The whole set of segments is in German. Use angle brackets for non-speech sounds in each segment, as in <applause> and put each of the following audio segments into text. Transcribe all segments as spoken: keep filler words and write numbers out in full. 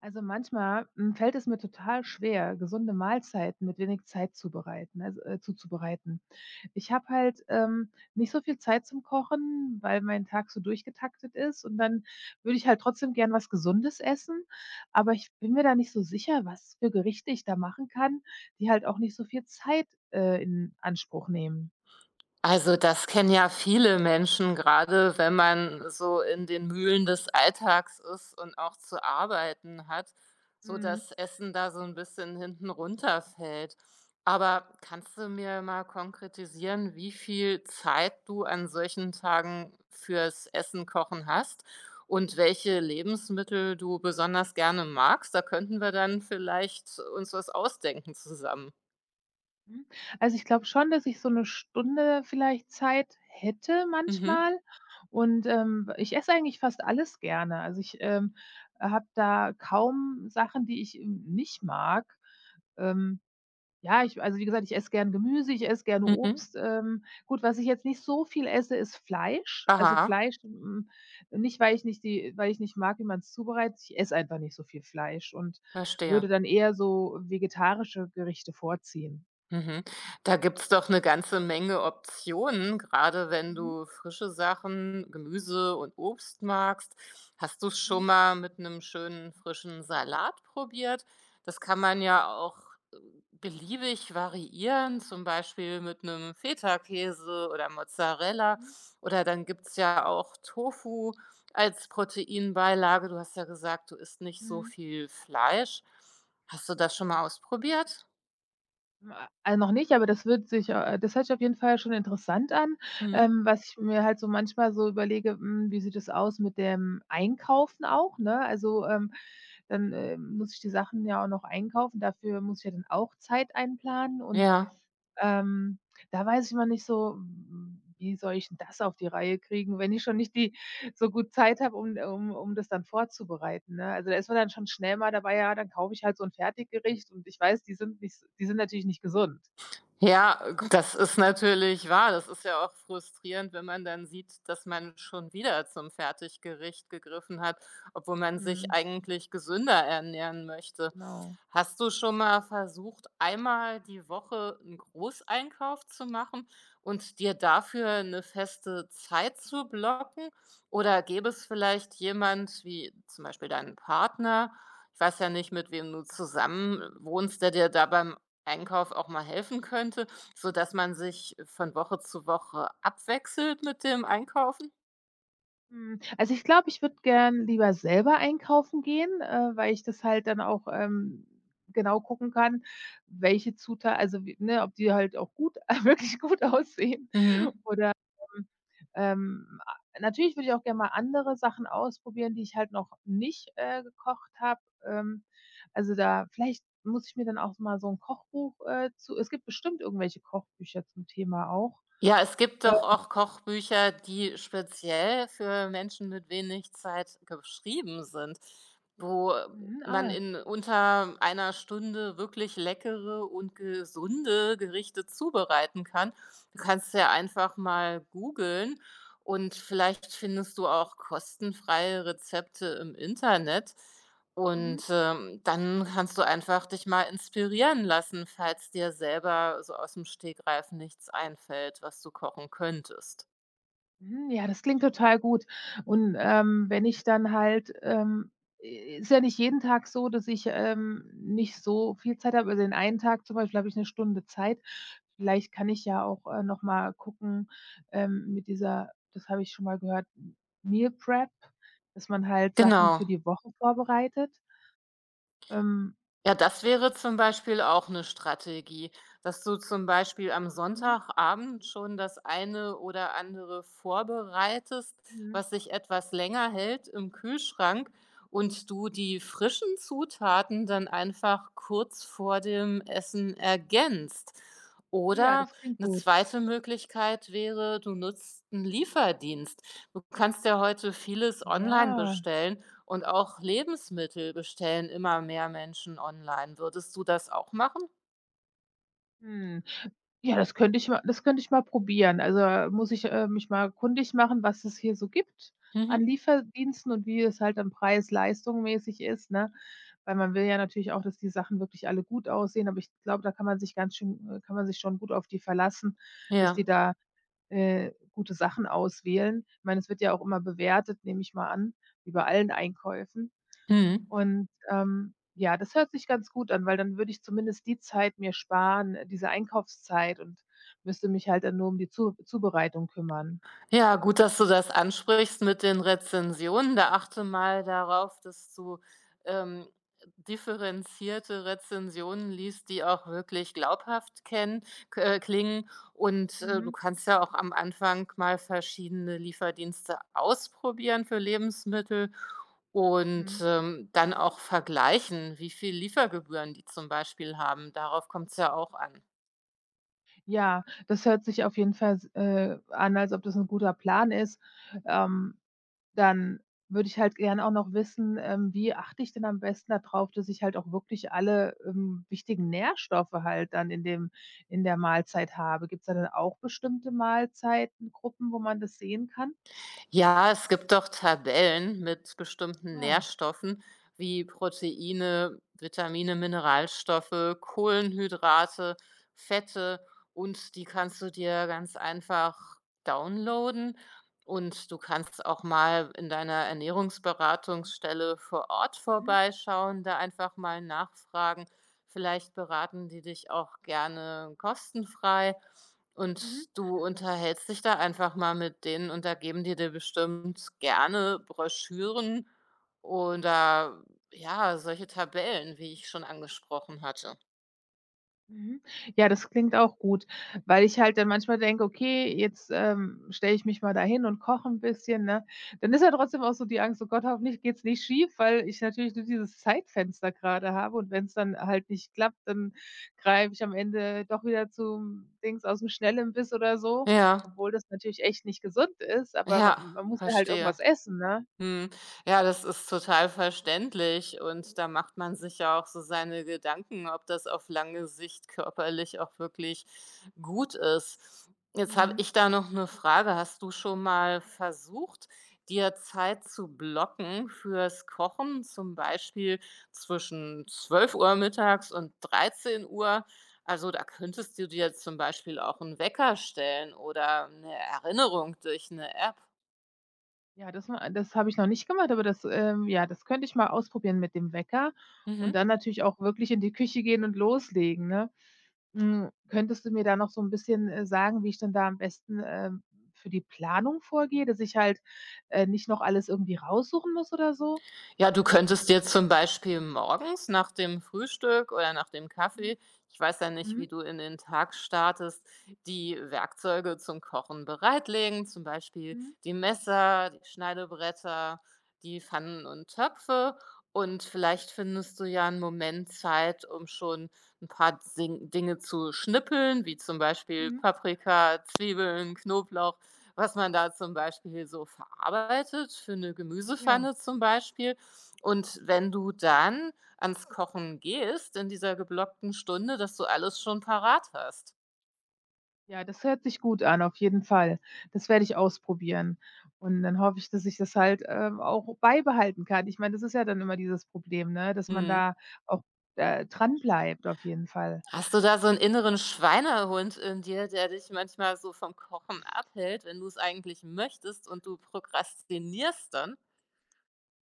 Also manchmal, hm, fällt es mir total schwer, gesunde Mahlzeiten mit wenig Zeit zubereiten, also, äh, zuzubereiten. Ich habe halt, ähm, nicht so viel Zeit zum Kochen, weil mein Tag so durchgetaktet ist und dann würde ich halt trotzdem gern was Gesundes essen, aber ich bin mir da nicht so sicher, was für Gerichte ich da machen kann, die halt auch nicht so viel Zeit, äh, in Anspruch nehmen. Also, das kennen ja viele Menschen, Gerade, wenn man so in den Mühlen des Alltags ist und auch zu arbeiten hat, so Mhm. dass Essen da so ein bisschen hinten runterfällt. Aber kannst du mir mal konkretisieren, wie viel Zeit du an solchen Tagen fürs Essen kochen hast und welche Lebensmittel du besonders gerne magst? Da könnten wir dann vielleicht uns was ausdenken zusammen. Mhm. Also, ich glaube schon, dass ich so 'ne Stunde vielleicht Zeit hätte Mhm, manchmal und, ähm, ich esse eigentlich fast alles gerne. Also, ich, ähm, habe da kaum Sachen, die ich, ähm, nicht mag. Ähm, ja, ich also, wie gesagt, ich esse gern Gemüse, ich esse gerne mhm. Obst. Ähm, gut, was ich jetzt nicht so viel esse, ist Fleisch. Also, Aha, Fleisch, hm, nicht, weil ich nicht die weil ich nicht mag, wie man's zubereitet. Ich esse einfach nicht so viel Fleisch und verstehe. würde dann eher so vegetarische Gerichte vorziehen. Mhm. Da gibt's doch eine ganze Menge Optionen, Gerade wenn Mhm. du frische Sachen, Gemüse und Obst magst. Hast du's Mhm, schon mal mit einem schönen frischen Salat probiert? Das kann man ja auch, äh, beliebig variieren, zum Beispiel mit einem Feta-Käse oder Mozzarella. mhm, Oder dann gibt's ja auch Tofu als Proteinbeilage. Du hast ja gesagt, du isst nicht so mhm. viel Fleisch. Hast du das schon mal ausprobiert? Ma Also, noch nicht, aber das wird sich äh, das hört sich auf jeden Fall schon interessant an. Mhm. Ähm, was ich mir halt so manchmal so überlege, hm, wie sieht es aus mit dem Einkaufen auch, ne? Also, ähm, dann, äh, muss ich die Sachen ja auch noch einkaufen. Dafür muss ich ja dann auch Zeit einplanen und, Ja. ähm, da weiß ich immer nicht so, hm, wie soll ich 'n das auf die Reihe kriegen, wenn ich schon nicht die so gut Zeit habe, um um um das dann vorzubereiten, ne? Also, da ist man dann schon schnell mal dabei, ja, dann kaufe ich halt so 'n Fertiggericht und ich weiß, die sind nicht s die sind natürlich nicht gesund. Ja, das ist natürlich wahr. Das ist ja auch frustrierend, wenn man dann sieht, dass man schon wieder zum Fertiggericht gegriffen hat, obwohl man sich Mhm, eigentlich gesünder ernähren möchte. genau. Hast du schon mal versucht, einmal die Woche einen Großeinkauf zu machen und dir dafür eine feste Zeit zu blocken? Oder gäbe es vielleicht jemand wie zum Beispiel deinen Partner, ich weiß ja nicht, mit wem du zusammen wohnst, der dir da beim Einkauf auch mal helfen könnte, sodass man sich von Woche zu Woche abwechselt mit dem Einkaufen? Mhm, also, ich glaube, ich würde gern lieber selber einkaufen gehen, äh, weil ich das halt dann auch, ähm, genau gucken kann, welche Zuta also, w ne, ob die halt auch gut <laughs> wirklich gut aussehen. Mhm. Oder, ähm ähm, a natürlich würde ich auch gerne mal andere Sachen ausprobieren, die ich halt noch nicht, äh, gekocht habe. Ähm, also, da vielleicht muss ich mir dann auch mal so ein Kochbuch, äh, zu es gibt bestimmt irgendwelche Kochbücher zum Thema auch. Ja, es gibt Äh, doch auch Kochbücher, die speziell für Menschen mit wenig Zeit geschrieben sind, wo mhm, man ah, in unter einer Stunde wirklich leckere und gesunde Gerichte zubereiten kann. Du kannst ja einfach mal googeln und vielleicht findest du auch kostenfreie Rezepte im Internet. mhm. Und, ähm, dann kannst du einfach dich mal inspirieren lassen, falls dir selber so aus dem Stegreif nichts einfällt, was du kochen könntest. Mhm, ja, das klingt total gut. Und, ähm, wenn ich dann halt, ähm i ist ja nicht jeden Tag so, dass ich, ähm, nicht so viel Zeit habe. Also, den einen Tag zum Beispiel habe ich eine Stunde Zeit. Vielleicht kann ich ja auch, äh, noch mal gucken, ähm, mit dieser das habe ich schon mal gehört, Meal Prep, dass man halt Sachen für Genau. die Woche vorbereitet. Ähm, Ja, das wäre zum Beispiel auch eine Strategie, dass du zum Beispiel am mhm, Sonntagabend schon das eine oder andere vorbereitest, mhm. was sich etwas länger hält im Kühlschrank und du die frischen Zutaten dann einfach kurz vor dem Essen ergänzt. Oh ja, Oder das klingt eine gut. zweite Möglichkeit wäre, du nutzt einen Lieferdienst. Du kannst ja heute vieles online Ja, bestellen und auch Lebensmittel bestellen immer mehr Menschen online. Würdest du das auch machen? mhm. Ja, das könnte ich mal das könnte ich mal probieren. Also, äh, muss ich, äh, mich mal kundig machen, was es hier so gibt an Mhm. Lieferdiensten und wie es halt dann Preis-Leistung mäßig ist, ne? Weil man will ja natürlich auch, dass die Sachen wirklich alle gut aussehen, aber ich glaube, da kann man sich ganz schön äh, kann man sich schon gut auf die verlassen, dass die Ja. da, äh, gute Sachen auswählen. Ich meine, es wird ja auch immer bewertet, nehme ich mal an, wie bei allen Einkäufen. Mhm. Und, ähm, ja, das hört sich ganz gut an, weil dann würde ich zumindest die Zeit mir sparen, äh, diese Einkaufszeit und müsste mich halt dann nur um die Zu Zubereitung kümmern. Ja, gut, dass du das ansprichst mit den Rezensionen. Da achte mal darauf, dass du, ähm, differenzierte Rezensionen liest, die auch wirklich glaubhaft kennen k äh, klingen. Und, äh, du Mhm, kannst ja auch am Anfang mal verschiedene Lieferdienste ausprobieren für Lebensmittel. mhm. Und, ähm, dann auch vergleichen, wie viel Liefergebühren die zum Beispiel haben. Darauf kommt es ja auch an. Ja, das hört sich auf jeden Fall s äh, an, als ob das ein guter Plan ist. Ähm, Dann würde ich halt gerne auch noch wissen, ähm, wie achte ich denn am besten darauf, dass ich halt auch wirklich alle, ähm, wichtigen Nährstoffe halt dann in dem in der Mahlzeit habe? Gibt's da dann auch bestimmte Mahlzeitengruppen, wo man das sehen kann? Ja, es gibt doch Tabellen mit bestimmten Ah, Nährstoffen wie Proteine, Vitamine, Mineralstoffe, Kohlenhydrate, Fette und die kannst du dir ganz einfach downloaden und du kannst auch mal in deiner Ernährungsberatungsstelle vor Ort mhm, vorbeischauen, da einfach mal nachfragen. Vielleicht beraten die dich auch gerne kostenfrei mhm, und du unterhältst dich da einfach mal mit denen und da geben die dir bestimmt gerne Broschüren oder, ja, solche Tabellen, wie ich schon angesprochen hatte. mhm. Ja, das klingt auch gut, weil ich halt dann manchmal denke: „Okay, jetzt, ähm, stelle ich mich mal dahin und koche ein bisschen“, ne? Dann ist ja trotzdem auch so die Angst: „Oh Gott, hoffentlich geht's nicht schief“, weil ich natürlich nur dieses Zeitfenster gerade habe und wenn es dann halt nicht klappt, dann greife ich am Ende doch wieder zum Dings aus aus'm Schnellimbiss oder so, Ja, obwohl das natürlich echt nicht gesund ist, aber ma ja, man muss ja halt irgendwas verstehe. essen, ne? Mhm. Ja, das ist total verständlich und da macht man sich ja auch so seine Gedanken, ob das auf lange Sicht körperlich auch wirklich gut ist. Jetzt habe Mhm. ich da noch eine Frage. Hast du schon mal versucht, dir Zeit zu blocken fürs Kochen, zum Beispiel zwischen zwölf Uhr mittags und dreizehn Uhr? Also, da könntest du dir zum Beispiel auch einen Wecker stellen oder eine Erinnerung durch eine App. Ja, das war das habe ich noch nicht gemacht, aber das, ähm ja, das könnte ich mal ausprobieren mit dem Wecker und Mhm. dann natürlich auch wirklich in die Küche gehen und loslegen, ne? Hm, könntest du mir da noch so ein bisschen, äh, sagen, wie ich dann da am besten, ähm, für die Planung vorgehe, dass ich halt, äh, nicht noch alles irgendwie raussuchen muss oder so? Ja, du könntest dir zum Beispiel morgens nach dem Frühstück oder nach dem Mhm. Kaffee, ich weiß ja nicht, wie Mhm. du in den Tag startest, die Werkzeuge zum Kochen bereitlegen, zum Beispiel Mhm. die Messer, die Schneidebretter, die Pfannen und Töpfe. Und vielleicht findest du ja einen Moment Zeit, um schon ein paar Sing Dinge zu schnippeln, wie zum Beispiel Mhm. Paprika, Zwiebeln, Knoblauch, was man da zum Beispiel so verarbeitet, für eine Ja. Gemüsepfanne zum Beispiel. Und wenn du dann ans Kochen gehst in dieser geblockten Stunde, dass du alles schon parat hast. Ja, das hört sich gut an, auf jeden Fall. Das werde ich ausprobieren. Und dann hoffe ich, dass ich das halt, ähm, auch beibehalten kann. Ich meine, das ist ja dann immer dieses Problem, ne, dass man Mhm. da auch, äh, dranbleibt auf jeden Fall. Hast du da so 'n inneren Schweinehund in dir, der dich manchmal so vom Kochen abhält, wenn du's eigentlich möchtest und du prokrastinierst dann?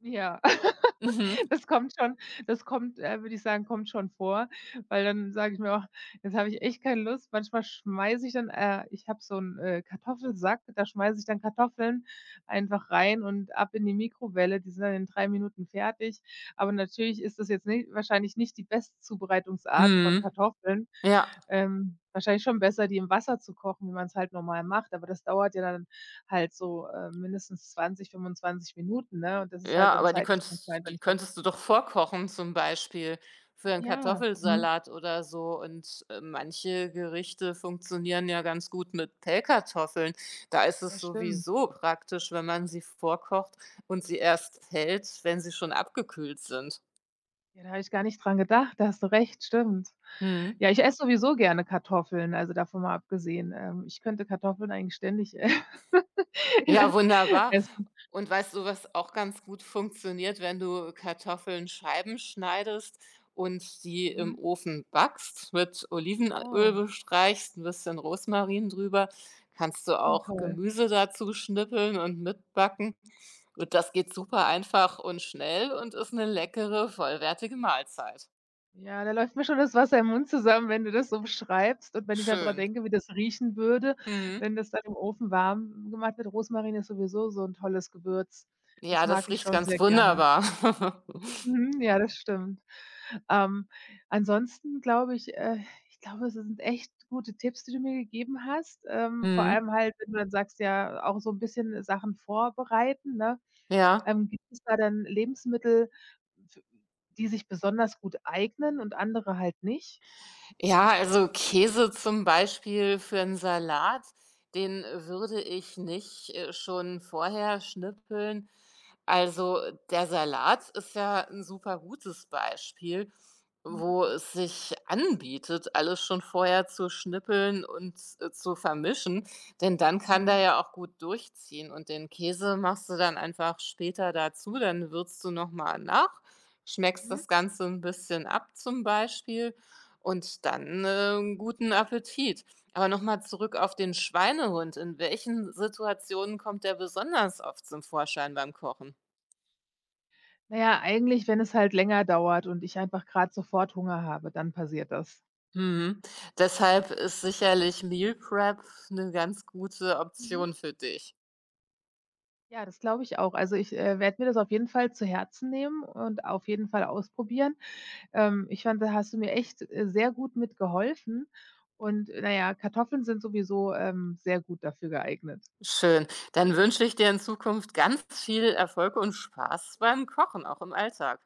Ja, <laughs> Mhm. das kommt schon das kommt, äh, würde ich sagen kommt schon vor, weil dann sage ich mir auch: „Jetzt habe ich echt keine Lust.“ Manchmal schmeiße ich dann äh, ich habe so einen äh, Kartoffelsack, da schmeiße ich dann Kartoffeln einfach rein und ab in die Mikrowelle. Die sind dann in drei Minuten fertig. Aber natürlich ist das jetzt ni wahrscheinlich nicht die beste Zubereitungsart von Mhm. Kartoffeln. Ja. Ähm, wahrscheinlich schon besser, die im Wasser zu kochen, wie man es halt normal macht, aber das dauert ja dann halt so, äh, mindestens zwanzig, fünfundzwanzig Minuten, ne? Und das ist halt Ja, dann aber die Zeit, die ich könntest manchmal einfach die nicht habe. könntest du doch vorkochen zum Beispiel Ach für einen ja, mhm, Kartoffelsalat oder so. Und, äh, manche Gerichte funktionieren ja ganz gut mit Pellkartoffeln. Da ist ja es stimmt. sowieso praktisch, wenn man sie vorkocht und sie erst hält, wenn sie schon abgekühlt sind. Ja, da habe ich gar nicht dran gedacht, da hast du recht, stimmt. Mhm. Ja, ich esse sowieso gerne Kartoffeln, also davon mal abgesehen. Ähm, ich könnte Kartoffeln eigentlich ständig, äh, Ja, <laughs> wunderbar. essen. Und weißt du, was auch ganz gut funktioniert, wenn du Kartoffeln Scheiben schneidest und die im Mhm. Ofen backst, mit Olivenöl Oh, bestreichst, ein bisschen Rosmarin drüber, kannst du klingt auch toll. Gemüse dazu schnippeln und mitbacken. Und das geht super einfach und schnell und ist eine leckere, vollwertige Mahlzeit. Ja, da läuft mir schon das Wasser im Mund zusammen, wenn du das so beschreibst und wenn ich dann dran Schön. denke, wie das riechen würde, Mhm. wenn das dann im Ofen warm gemacht wird. Rosmarin ist sowieso so 'n tolles Gewürz. Das Ja, mag das ich riecht schon sehr ganz gerne. wunderbar. <laughs> Mhm, ja, das stimmt. Ähm, ansonsten glaube ich äh, ich glaube, es sind echt gute Tipps, die du mir gegeben hast. Ähm, vor allem Mhm. halt, wenn du dann sagst, ja, auch so ein bisschen Sachen vorbereiten, ne? Ja. Ähm, gibt es da dann Lebensmittel, f die sich besonders gut eignen und andere halt nicht? Ja, also Käse zum Beispiel für einen Salat, den würde ich nicht, äh, schon vorher schnippeln. Also, der Salat ist ja ein super gutes Beispiel, Mhm, wo es sich anbietet, alles schon vorher zu schnippeln und, äh, zu vermischen, denn dann kann mhm, der ja auch gut durchziehen und den Käse machst du dann einfach später dazu, dann würzt du noch mal nach, schmeckst mhm. das Ganze ein bisschen ab zum Beispiel und dann, äh, guten Appetit. Aber noch mal zurück auf den Schweinehund. In welchen Situationen kommt der besonders oft zum Vorschein beim Kochen? Na ja, eigentlich, wenn es halt länger dauert und ich einfach gerade sofort Hunger habe, dann passiert das. Mhm. Deshalb ist sicherlich Meal Prep eine ganz gute Mhm. Option für dich. Ja, das glaube ich auch. Also, ich, äh, werde mir das auf jeden Fall zu Herzen nehmen und auf jeden Fall ausprobieren. Ähm, ich fand, da hast du mir echt, äh, sehr gut mitgeholfen und, na ja, Kartoffeln sind sowieso, ähm, sehr gut dafür geeignet. Schön. Dann wünsche ich dir in Zukunft ganz viel Erfolg und Spaß beim Kochen, auch im Alltag.